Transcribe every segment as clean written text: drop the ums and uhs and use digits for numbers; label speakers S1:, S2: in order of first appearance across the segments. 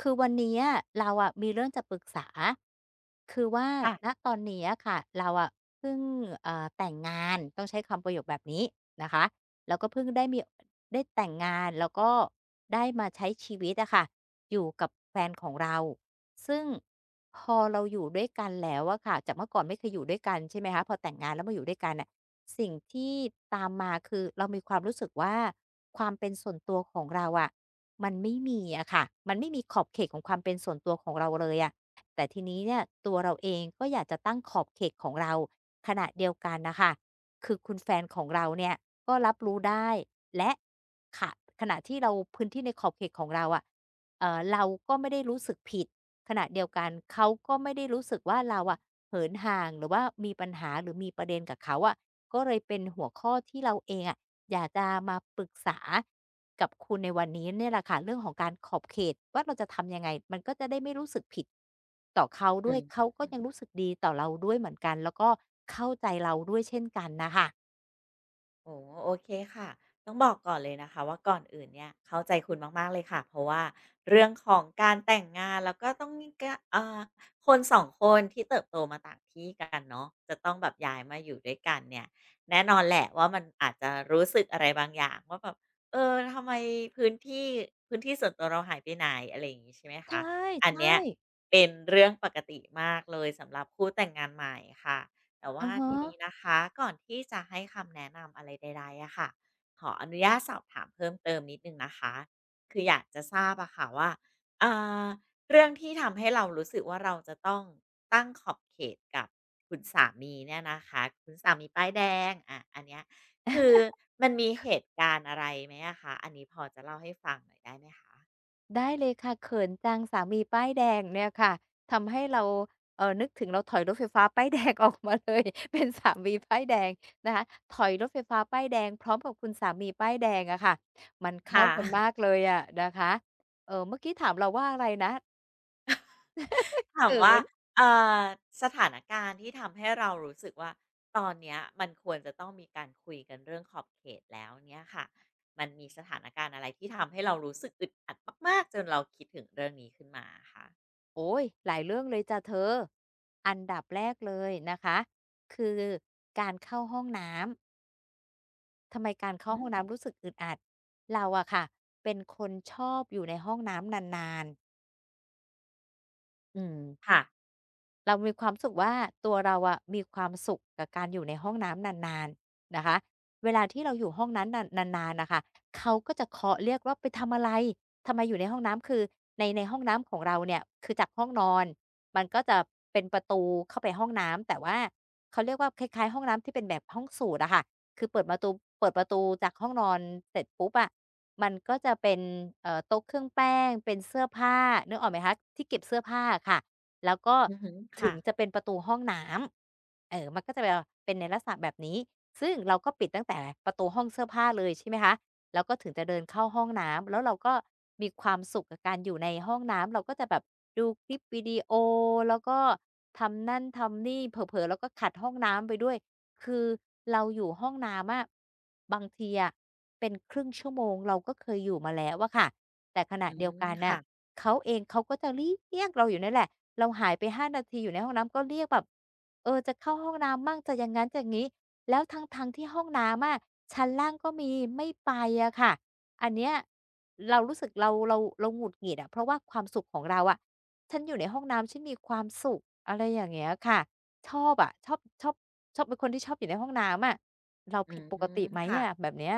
S1: คือวันนี้อะเราอะมีเรื่องจะปรึกษาคือว่า
S2: ค่ะ
S1: ณตอนนี้อะค่ะเราอะเพิ่งแต่งงานต้องใช้คำประโยคแบบนี้นะคะแล้วก็เพิ่งได้แต่งงานแล้วก็ได้มาใช้ชีวิตอะค่ะอยู่กับแฟนของเราซึ่งพอเราอยู่ด้วยกันแล้วอะค่ะจากเมื่อก่อนไม่เคยอยู่ด้วยกันใช่ไหมคะพอแต่งงานแล้วมาอยู่ด้วยกันน่ะ สิ่งที่ตามมาคือเรามีความรู้สึกว่าความเป็นส่วนตัวของเราอะมันไม่มีอะค่ะมันไม่มีขอบเขตของความเป็นส่วนตัวของเราเลยอะแต่ทีนี้เนี่ยตัวเราเองก็อยากจะตั้งขอบเขตของเราขณะเดียวกันน่ะค่ะคือคุณแฟนของเราเนี่ยก็รับรู้ได้และขะขณะที่เราพื้นที่ในขอบเขตของเราอะเราก็ไม่ได้รู้สึกผิดขณะเดียวกันเขาก็ไม่ได้รู้สึกว่าเราอะเหินห่างหรือว่ามีปัญหาหรือมีประเด็นกับเขาอะ ก็เลยเป็นหัวข้อที่เราเองอะอยากจะมาปรึกษากับคุณในวันนี้เนี่ยแหละค่ะเรื่องของการขอบเขตว่าเราจะทำยังไงมันก็จะได้ไม่รู้สึกผิดต่อเขาด้
S2: อื
S1: วย
S2: ม
S1: เขาก็ยังรู้สึกดีต่อเราด้วยเหมือนกันแล้วก็เข้าใจเราด้วยเช่นกันน่ะค่ะ
S2: โอ้โอเคค่ะต้องบอกก่อนเลยนะคะว่าก่อนอื่นเนี่ยเข้าใจคุณมากๆเลยค่ะเพราะว่าเรื่องของการแต่งงานแล้วก็ต้องมีกะคนสองคนที่เติบโตมาต่างที่กันเนาะจะต้องแบบย้ายมาอยู่ด้วยกันเนี่ยแน่นอนแหละว่ามันอาจจะรู้สึกอะไรบางอย่างว่าแบบเออทำไมพื้นที่พื้นที่ส่วนตัวเราหายไปไหนอะไรอย่างงี้ใช่ไหมคะ
S1: ใช่
S2: อัน
S1: ใช่
S2: เนี้ยเป็นเรื่องปกติมากเลยสำหรับคู่แต่งงานใหม่ค่ะ แต่ว่า
S1: อะฮะ
S2: ทีนี้นะคะก่อนที่จะให้คำแนะนำอะไรใดๆอะค่ะขออนุญาตสอบถามเพิ่มเติมนิดหนึ่งนะคะคืออยากจะทราบอะค่ะว่าเอ่อเรื่องที่ทำให้เรารู้สึกว่าเราจะต้องตั้งขอบเขตกับคุณสามีเนี่ยนะคะคุณสามีป้ายแดงอะอันเนี้ยคือมันมีเหตุการณ์อะไรไหมอะคะอันนี้พอจะเล่าให้ฟังหน่อยได้ไหมคะ
S1: ได้เลยค่ะเขินจังสามีป้ายแดงเนี่ยค่ะทำให้เรานึกถึงเราถอยรถไฟฟ้าป้ายแดงออกมาเลย เป็นสามีป้ายแดงนะคะถอยรถไฟฟ้าป้ายแดงพร้อมกับคุณสามีป้ายแดงอะค่ะมันเข้า
S2: ค่ะ
S1: กันมากเลยอะนะคะเมื่อกี้ถามเราว่าอะไรนะ
S2: ถาม
S1: เขิ
S2: ว่า
S1: น
S2: เอ่อสถานการณ์ที่ทำให้เรารู้สึกว่าตอนเนี้ยมันควรจะต้องมีการคุยกันเรื่องขอบเขตแล้วเนี่ยค่ะมันมีสถานการณ์อะไรที่ทำให้เรารู้สึกอึดอัดมากๆจนเราคิดถึงเรื่องนี้ขึ้นมาคะ
S1: โอ๊ยหลายเรื่องเลยจ้ะเธออันดับแรกเลยนะคะคือการเข้าห้องน้ำทำไมการเข้า
S2: อื
S1: ห้
S2: ม
S1: องน้ำรู้สึกอึดอัดเราอะค่ะเป็นคนชอบอยู่ในห้องน้ำนานๆ อืม
S2: ค่ะ
S1: เรามีความรู้สึกว่าตัวเราอะมีความสุขกับการอยู่ในห้องน้ำนานๆนะคะเวลาที่เราอยู่ห้องนั้นนานนานๆน่ะค่ะเขาก็จะเคาะเรียกว่าไปทำอะไรทำไมอยู่ในห้องน้ำคือในห้องน้ำของเราเนี่ยคือจากห้องนอนมันก็จะเป็นประตูเข้าไปห้องน้ำแต่ว่าเขาเรียกว่าคล้ายๆห้องน้ำที่เป็นแบบห้องสูตรอะค่ะคือเปิดประตูจากห้องนอนเสร็จปุ๊บอะมันก็จะเป็นโต๊ะเครื่องแป้งเป็นเสื้อผ้านึกออกไหมคะที่เก็บเสื้อผ้าอะค่ะ แล้วก็
S2: อือฮึ
S1: ถึ
S2: ค่ะ
S1: งจะเป็นประตูห้องน้ำมันก็จะแบบเป็นในลักษณะแบบนี้ซึ่งเราก็ปิดตั้งแต่ประตูห้องเสื้อผ้าเลยใช่ไหมคะแล้วก็ถึงจะเดินเข้าห้องน้ำ แล้วเราก็มีความสุขกับการอยู่ในห้องน้ำเราก็จะแบบดูคลิปวิดีโอแล้วก็ทำนั่นทำนี่เผลอๆเราก็ขัดห้องน้ำไปด้วยคือเราอยู่ห้องน้ำอะบางทีอะเป็นครึ่งชั่วโมงเราก็เคยอยู่มาแล้วอะค่ะ แต่ขณะ
S2: อืม
S1: เดียวกัน
S2: ค่ะ
S1: น่ะ เขาเองเขาก็จะเรียกเราอยู่นั่นแหละ เราหายไปห้านาทีอยู่ในห้องน้ำก็เรียกแบบเออจะเข้าห้องน้ำมั่งจะอย่างงั้นจะอย่างงี้แล้วทั้งๆที่ห้องน้ำอะชั้นล่างก็มีไม่ไปอะค่ะอันเนี้ยเรารู้สึกเราหงุดหงิดอะเพราะว่าความสุขของเราอะฉันอยู่ในห้องน้ำฉันมีความสุขอะไรอย่างเงี้ยค่ะชอบอะชอบชอบชอบเป็นคนที่ชอบอยู่ในห้องน้ำอะเรา
S2: อื
S1: ผิด
S2: ม
S1: ปกติไหม
S2: ค่ะ
S1: อะแบบเนี้ย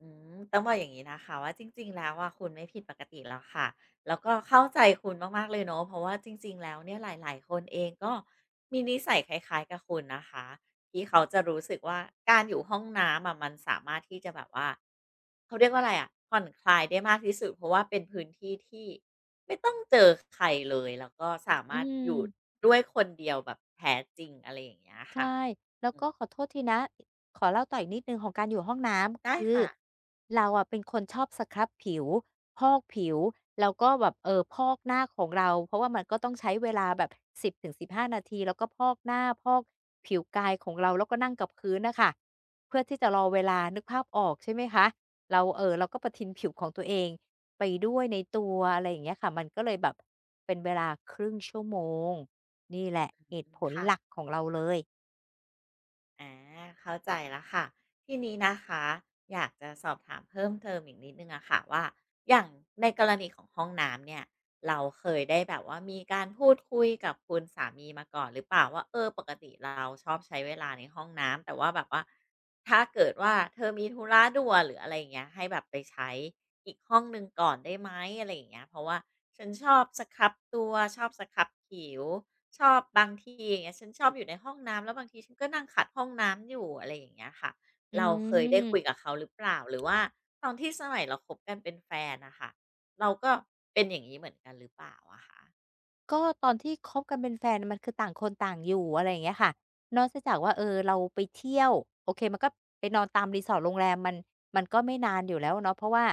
S2: อืมต้องบอกอย่างนี้นะคะว่าจริงๆแล้วว่าคุณไม่ผิดปกติแล้วค่ะแล้วก็เข้าใจคุณมากๆเลยเนาะเพราะว่าจริงๆ แล้วเนี่ยหลายๆ คนเองก็มีนิสัยคล้ายๆกับคุณนะคะที่เขาจะรู้สึกว่าการอยู่ห้องน้ำอะมันสามารถที่จะแบบว่าเขาเรียกว่าอะไรอะผ่อนคลายได้มากที่สุดเพราะว่าเป็นพื้นที่ที่ไม่ต้องเจอใครเลยแล้วก็สา
S1: อื
S2: มารถอยู่
S1: ม
S2: ด้วยคนเดียวแบบแท้จริงอะไรอย่างเงี้ย
S1: ใช
S2: ค่ะ
S1: ่
S2: อื
S1: แล้ว
S2: ม
S1: ก็ขอโทษทีนะขอเล่าต่ออีกนิดหนึ่งของการอยู่ห้องน้ำ
S2: ได้
S1: คือ
S2: ค่ะ
S1: เราอะเป็นคนชอบสครับผิวพอกผิวแล้วก็แบบพอกหน้าของเราเพราะว่ามันก็ต้องใช้เวลาแบบสิบ0้านาทีแล้วก็พอกหน้าพอกผิวกายของเราแล้วก็นั่งกับพื้นน่ะค่ะเพื่อที่จะรอเวลานึกภาพออกใช่ไหมคะเราก็ประทินผิวของตัวเองไปด้วยในตัวอะไรอย่างเงี้ยค่ะมันก็เลยแบบเป็นเวลาครึ่งชั่วโมงนี่แหละเห
S2: อื
S1: ตุ
S2: ม
S1: ผล
S2: ค่ะ
S1: หลักของเราเลย
S2: อาเข้าใจแล้วค่ะทีนี้นะคะอยากจะสอบถามเพิ่มเติมอีกนิดนึงอะค่ะว่าอย่างในกรณีของห้องน้ำเนี่ยเราเคยได้แบบว่ามีการพูดคุยกับคุณสามีมาก่อนหรือเปล่าว่าเออปกติเราชอบใช้เวลาในห้องน้ำแต่ว่าแบบว่าถ้าเกิดว่าเธอมีธุระด่วนหรืออะไรอย่างเงี้ยให้แบบไปใช้อีกห้องหนึ่งก่อนได้ไหมอะไรอย่างเงี้ยเพราะว่าฉันชอบสครับตัวชอบสครับผิว ชอบบางทีอย่างเงี้ยฉันชอบอยู่ในห้องน้ำแล้วบางทีฉันก็นั่งขัดห้องน้ำอยู่อะไรอย่างเงี้ยค่ะ
S1: อื
S2: เราเคยได้คุยกับ
S1: ม
S2: เขาหรือเปล่าหรือว่าตอนที่สมัยเราคบกันเป็นแฟนน่ะค่ะเราก็เป็นอย่างงี้เหมือนกันหรือเปล่าอะคะ
S1: ก็ตอนที่คบกันเป็นแฟนมันคือต่างคนต่างอยู่อะไรอย่างเงี้ยค่ะนอกจากว่าเออเราไปเที่ยวโอเคมันก็ไปนอนตาม resort โรงแรมมันก็ไม่นานอยู่แล้วเนาะเพราะว่า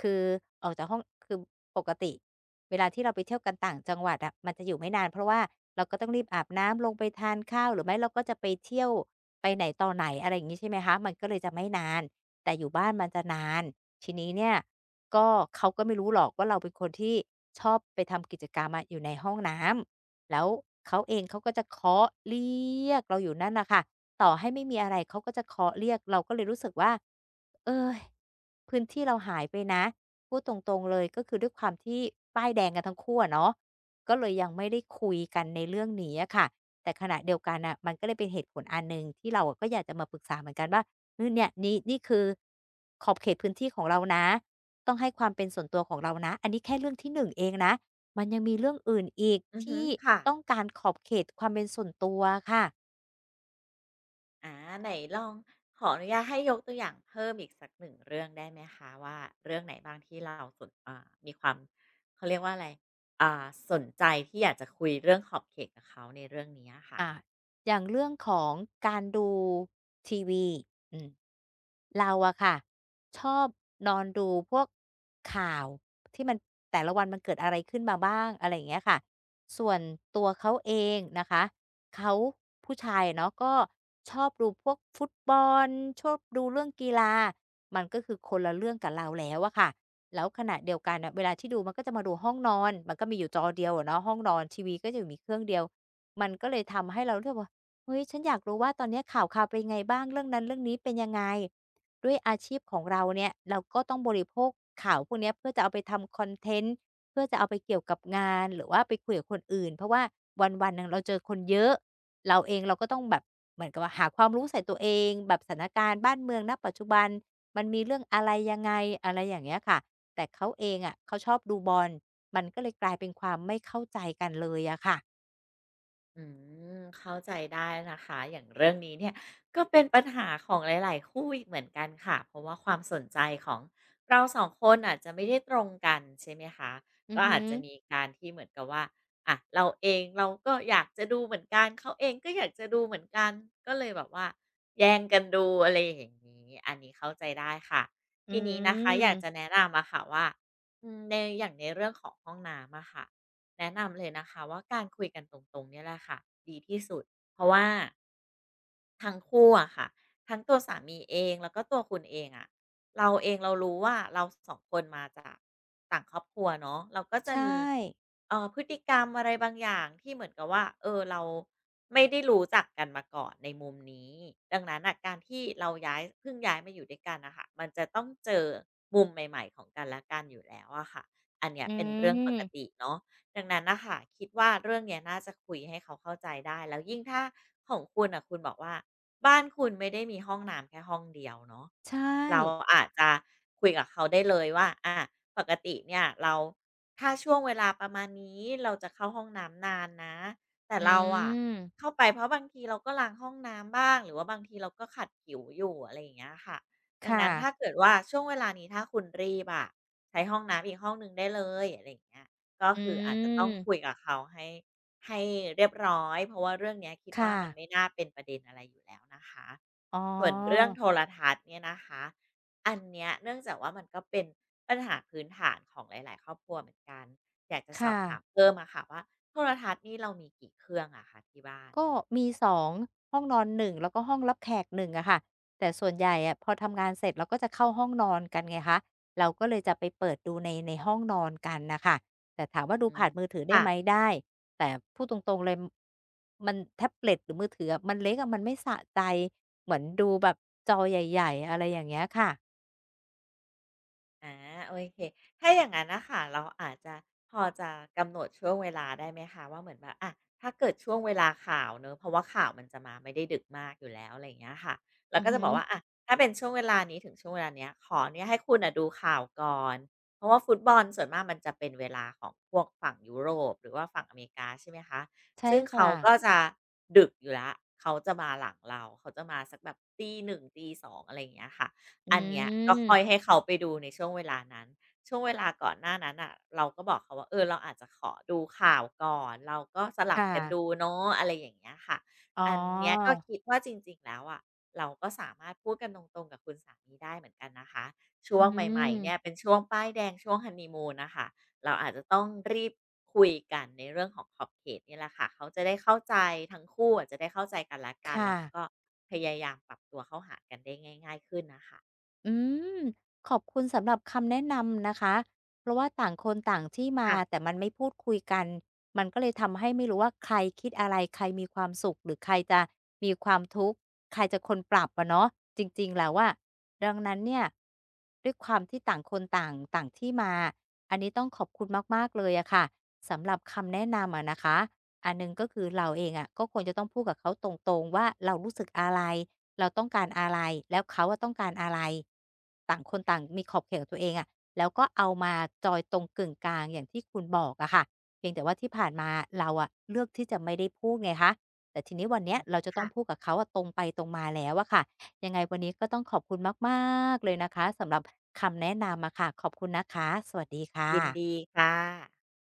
S1: คือออกจากห้องคือปกติเวลาที่เราไปเที่ยวกันต่างจังหวัดอะมันจะอยู่ไม่นานเพราะว่าเราก็ต้องรีบอาบน้ำลงไปทานข้าวหรือไม่เราก็จะไปเที่ยวไปไหนต่อไหนอะไรอย่างงี้ใช่ไหมคะมันก็เลยจะไม่นานแต่อยู่บ้านมันจะนานทีนี้เนี่ย ก็เขาก็ไม่รู้หรอกว่าเราเป็นคนที่ชอบไปทำกิจกรรมอะอยู่ในห้องน้ำแล้วเขาเองเขาก็จะเคาะเรียกเราอยู่นั่นน่ะค่ะต่อให้ไม่มีอะไรเขาก็จะเคาะเรียกเราก็เลยรู้สึกว่า เอ้ยพื้นที่เราหายไปนะพูดตรงๆเลยก็คือด้วยความที่ป้ายแดงกันทั้งคู่อะเนาะก็เลยยังไม่ได้คุยกันในเรื่องนี้อะค่ะแต่ขณะเดียวกันน่ะมันก็เลยเป็นเหตุผลอันหนึ่งที่เราอะก็อยากจะมาปรึกษาเหมือนกันว่าเออเนี่ยนี่คือขอบเขตพื้นที่ของเรานะต้องให้ความเป็นส่วนตัวของเรานะอันนี้แค่เรื่องที่หนึ่งเองนะมันยังมีเรื่องอื่นอีก
S2: อือฮึ
S1: ที่
S2: ค่ะ
S1: ต้องการขอบเขตความเป็นส่วนตัวค่ะ
S2: อาไหนลองขออนุญาตให้ยกตัวอย่างเพิ่มอีกสักหนึ่งเรื่องได้ไหมคะว่าเรื่องไหนบ้างที่เราสนมีความเขาเรียกว่าอะไรอ่าสนใจที่อยากจะคุยเรื่องขอบเขตกับเขาในเรื่องนี้อะค่ะ
S1: อะอย่างเรื่องของการดูทีวีอืมเราอะค่ะชอบนอนดูพวกข่าวที่มันแต่ละวันมันเกิดอะไรขึ้นมาบ้างอะไรอย่างเงี้ยค่ะส่วนตัวเขาเองนะคะเขาผู้ชายเนาะก็ชอบดูพวกฟุตบอลชอบดูเรื่องกีฬามันก็คือคนละเรื่องกับเราแล้วอะค่ะแล้วขณะเดียวกันน่ะเวลาที่ดูมันก็จะมาดูห้องนอนมันก็มีอยู่จอเดียวอะเนาะห้องนอนทีวีก็จะอมีเครื่องเดียว มันก็เลยทำให้เรารู้สึกว่าเฮ้ยฉันอยากรู้ว่าตอนเนี้ยข่าวเป็นไงบ้างเรื่องนั้นเรื่องนี้เป็นยังไงด้วยอาชีพของเราเนี่ยเราก็ต้องบริโภคข่าวพวกเนี้ยเพื่อจะเอาไปทำคอนเทนต์เพื่อจะเอาไปเกี่ยวกับงานหรือว่าไปคุยกับคนอื่นเพราะว่าวันๆหนึ่งเราเจอคนเยอะเราเองเราก็ต้องแบบเหมือนกับว่าหาความรู้ใส่ตัวเองแบบสถานการณ์บ้านเมืองณปัจจุบันมันมีเรื่องอะไรยังไงอะไรอย่างเงี้ยค่ะแต่เขาเองอะเขาชอบดูบอลมันก็เลยกลายเป็นความไม่เข้าใจกันเลยอะค่ะ
S2: อืมเข้าใจได้นะคะอย่างเรื่องนี้เนี่ยก็เป็นปัญหาของหลายๆคู่อีกเหมือนกันค่ะเพราะว่าความสนใจของเราสองคนอาจจะไม่ได้ตรงกันใช่ไหมคะ
S1: อือ
S2: ก็
S1: ฮึ
S2: อาจจะมีการที่เหมือนกับว่าอ่ะเราเองเราก็อยากจะดูเหมือนกันเขาเองก็อยากจะดูเหมือนกันก็เลยแบบว่าแย่งกันดูอะไรอย่างนี้อันนี้เข้าใจได้ค่ะ
S1: อื
S2: ทีนี้นะคะอยากจะ
S1: ม
S2: แนะนำอะค่ะว่าอืมในอย่างในเรื่องของห้องน้ำอะค่ะ แนะนำเลยนะคะว่าการคุยกันตรงๆเนี่ยแหละค่ะดีที่สุดเพราะว่าทั้งคู่อะค่ะทั้งตัวสามีเองแล้วก็ตัวคุณเองอะเราเองเรารู้ว่าเราสองคนมาจากต่างครอบครัวเนาะเราก็จะ
S1: ใช่
S2: มีพฤติกรรมอะไรบางอย่างที่เหมือนกับว่าเออเราไม่ได้รู้จักกันมาก่อนในมุมนี้ดังนั้นอะการที่เราย้ายเพิ่งย้ายมาอยู่ด้วยกันนะคะมันจะต้องเจอมุมใหม่ๆของกันและกันอยู่แล้วอะค่ะอันเนี้ย
S1: อื
S2: เป็นเรื่องปก
S1: ม
S2: ติเนาะ ดังนั้นนะคะคิดว่าเรื่องเนี้ยน่าจะคุยให้เขาเข้าใจได้แล้วยิ่งถ้าของคุณอ่ะคุณบอกว่าบ้านคุณไม่ได้มีห้องน้ำแค่ห้องเดียวเนาะ
S1: ใช่
S2: เราอาจจะคุยกับเขาได้เลยว่าอะปกติเนี่ยเราถ้าช่วงเวลาประมาณนี้เราจะเข้าห้องน้ำนานนะแต่
S1: อื
S2: เราอะ
S1: ม
S2: เข้าไปเพราะบางทีเราก็ล้างห้องน้ำบ้างหรือว่าบางทีเราก็ขัดผิวอยู่อะไรอย่างเงี้ยค่ะดัง
S1: ค่ะ
S2: นั้นถ้าเกิดว่าช่วงเวลานี้ถ้าคุณรีบอะใช้ห้องน้ำอีกห้องหนึ่งได้เลยอะไรอย่างเงี้ย ก็
S1: อื
S2: คืออาจจะต้องคุย
S1: ม
S2: กับเขาให้เรียบร้อยเพราะว่าเรื่องเนี้ยคิด
S1: ค
S2: ว่ามันไม่
S1: ่ะ
S2: น่าเป็นประเด็นอะไรอยู่แล้วนะคะ
S1: อ๋
S2: ส่วนเรื่อง
S1: อ
S2: โทรทัศน์เนี่ยนะคะอันเนี้ยเนื่องจากว่ามันก็เป็นปัญหาพื้นฐานของหลายๆครอบครัวเหมือนกันอยากจะสอ
S1: ค่ะ
S2: บถามเพิ่มอะค่ะว่าโทรทัศน์นี่เรามีกี่เครื่องอะคะที่บ้าน
S1: ก็มี2ห้องนอน1แล้วก็ห้องรับแขก1อะค่ะแต่ส่วนใหญ่อะพอทำงานเสร็จเราก็จะเข้าห้องนอนกันไงคะเราก็เลยจะไปเปิดดูในห้องนอนกันน่ะค่ะแต่ถามว่าดู
S2: อืม
S1: ผ่านมือถือได้
S2: ค่ะ
S1: ไหมได้แต่พูดตรงๆเลยมันแท็บเล็ตหรือมือถืออะมันเล็กอะมันไม่สะใจเหมือนดูแบบจอใหญ่ๆอะไรอย่างเงี้ยค่ะ
S2: อาโอเคถ้าอย่างงั้นนะค่ะเราอาจจะพอจะกำหนดช่วงเวลาได้ไหมคะว่าเหมือนแบบอะถ้าเกิดช่วงเวลาข่าวเนอะเพราะว่าข่าวมันจะมาไม่ได้ดึกมากอยู่แล้วอะไรอย่างเงี้ยค่ะเรา
S1: อือ
S2: ก็จะ
S1: ฮึ
S2: บอกว่าอะถ้าเป็นช่วงเวลานี้ถึงช่วงเวลาเนี้ยขอเนีญยให้คุณอ่ะดูข่าวก่อนเพราะว่าฟุตบอลส่วนมากมันจะเป็นเวลาของพวกฝั่งยุโรปหรือว่าฝั่งอเมริกาใช่ไหมคะ
S1: ใช่
S2: ซึ่ง
S1: ค่ะ
S2: เขาก็จะดึกอยู่ละเขาจะมาหลังเราเขาจะมาสักแบบตีหนึ่งตีสองอะไรอย่างเงี้ยค่ะ
S1: อื
S2: อันเนี้ยก็ค่อย
S1: ม
S2: ให้เขาไปดูในช่วงเวลานั้นช่วงเวลาก่อนหน้านั้นอ่ะเราก็บอกเขาว่าเออเราอาจจะขอดูข่าวก่อนเราก็ส
S1: ค
S2: ลับกันดู
S1: ่ะ
S2: เนาะอะไรอย่างเงี้ยค่ะ
S1: อ๋อ
S2: อันเนี้ยก็คิดว่าจริงๆแล้วอะเราก็สามารถพูดกันตรงๆกับคุณสามีได้เหมือนกันนะคะช่
S1: อื
S2: วงใหม่ๆเนี่ยเป็
S1: ม
S2: นช่วงป้ายแดงช่วงฮันนีมูนนะคะเราอาจจะต้องรีบคุยกันในเรื่องของขอบเขตนี่แหละค่ะเขาจะได้เข้าใจทั้งคู่อาจจะได้เข้าใจกันและกัน
S1: ค่ะ
S2: แล้วก็พยายามปรับตัวเข้าหากันได้ง่ายๆขึ้นนะคะ
S1: อืมขอบคุณสำหรับคำแนะนำนะคะ เพราะว่าต่างคนต่างที่มาแต่
S2: ค่ะ
S1: มันไม่พูดคุยกัน มันก็เลยทำให้ไม่รู้ว่าใครคิดอะไรใครมีความสุขหรือใครจะมีความทุกข์ใครจะคนปรับอะเนาะจริงๆแล้วอะดังนั้นเนี่ยด้วยความที่ต่างคนต่างต่างที่มาอันนี้ต้องขอบคุณมากๆเลยอะค่ะสำหรับคำแนะนำอะนะคะอันหนึ่งก็คือเราเองอะก็ควรจะต้องพูดกับเขาตรงๆว่าเรารู้สึกอะไร เราต้องการอะไรแล้วเขาอะต้องการอะไรต่างคนต่างมีขอบเขตของตัวเองอะแล้วก็เอามาจอยตรงกึ่งกลางอย่างที่คุณบอกอะค่ะเพียงแต่ว่าที่ผ่านมาเราอะเลือกที่จะไม่ได้พูดไงคะแต่ทีนี้วันเนี้ยเราจะต้อ
S2: ค่ะ
S1: งพูดกับเขาอะตรงไปตรงมาแล้วอะค่ะยังไงวันนี้ก็ต้องขอบคุณมากๆเลยนะคะสำหรับคำแนะนำอะค่ะขอบคุณนะคะสวัสดีค่
S2: ยินดี
S1: ะ
S2: ค่ะ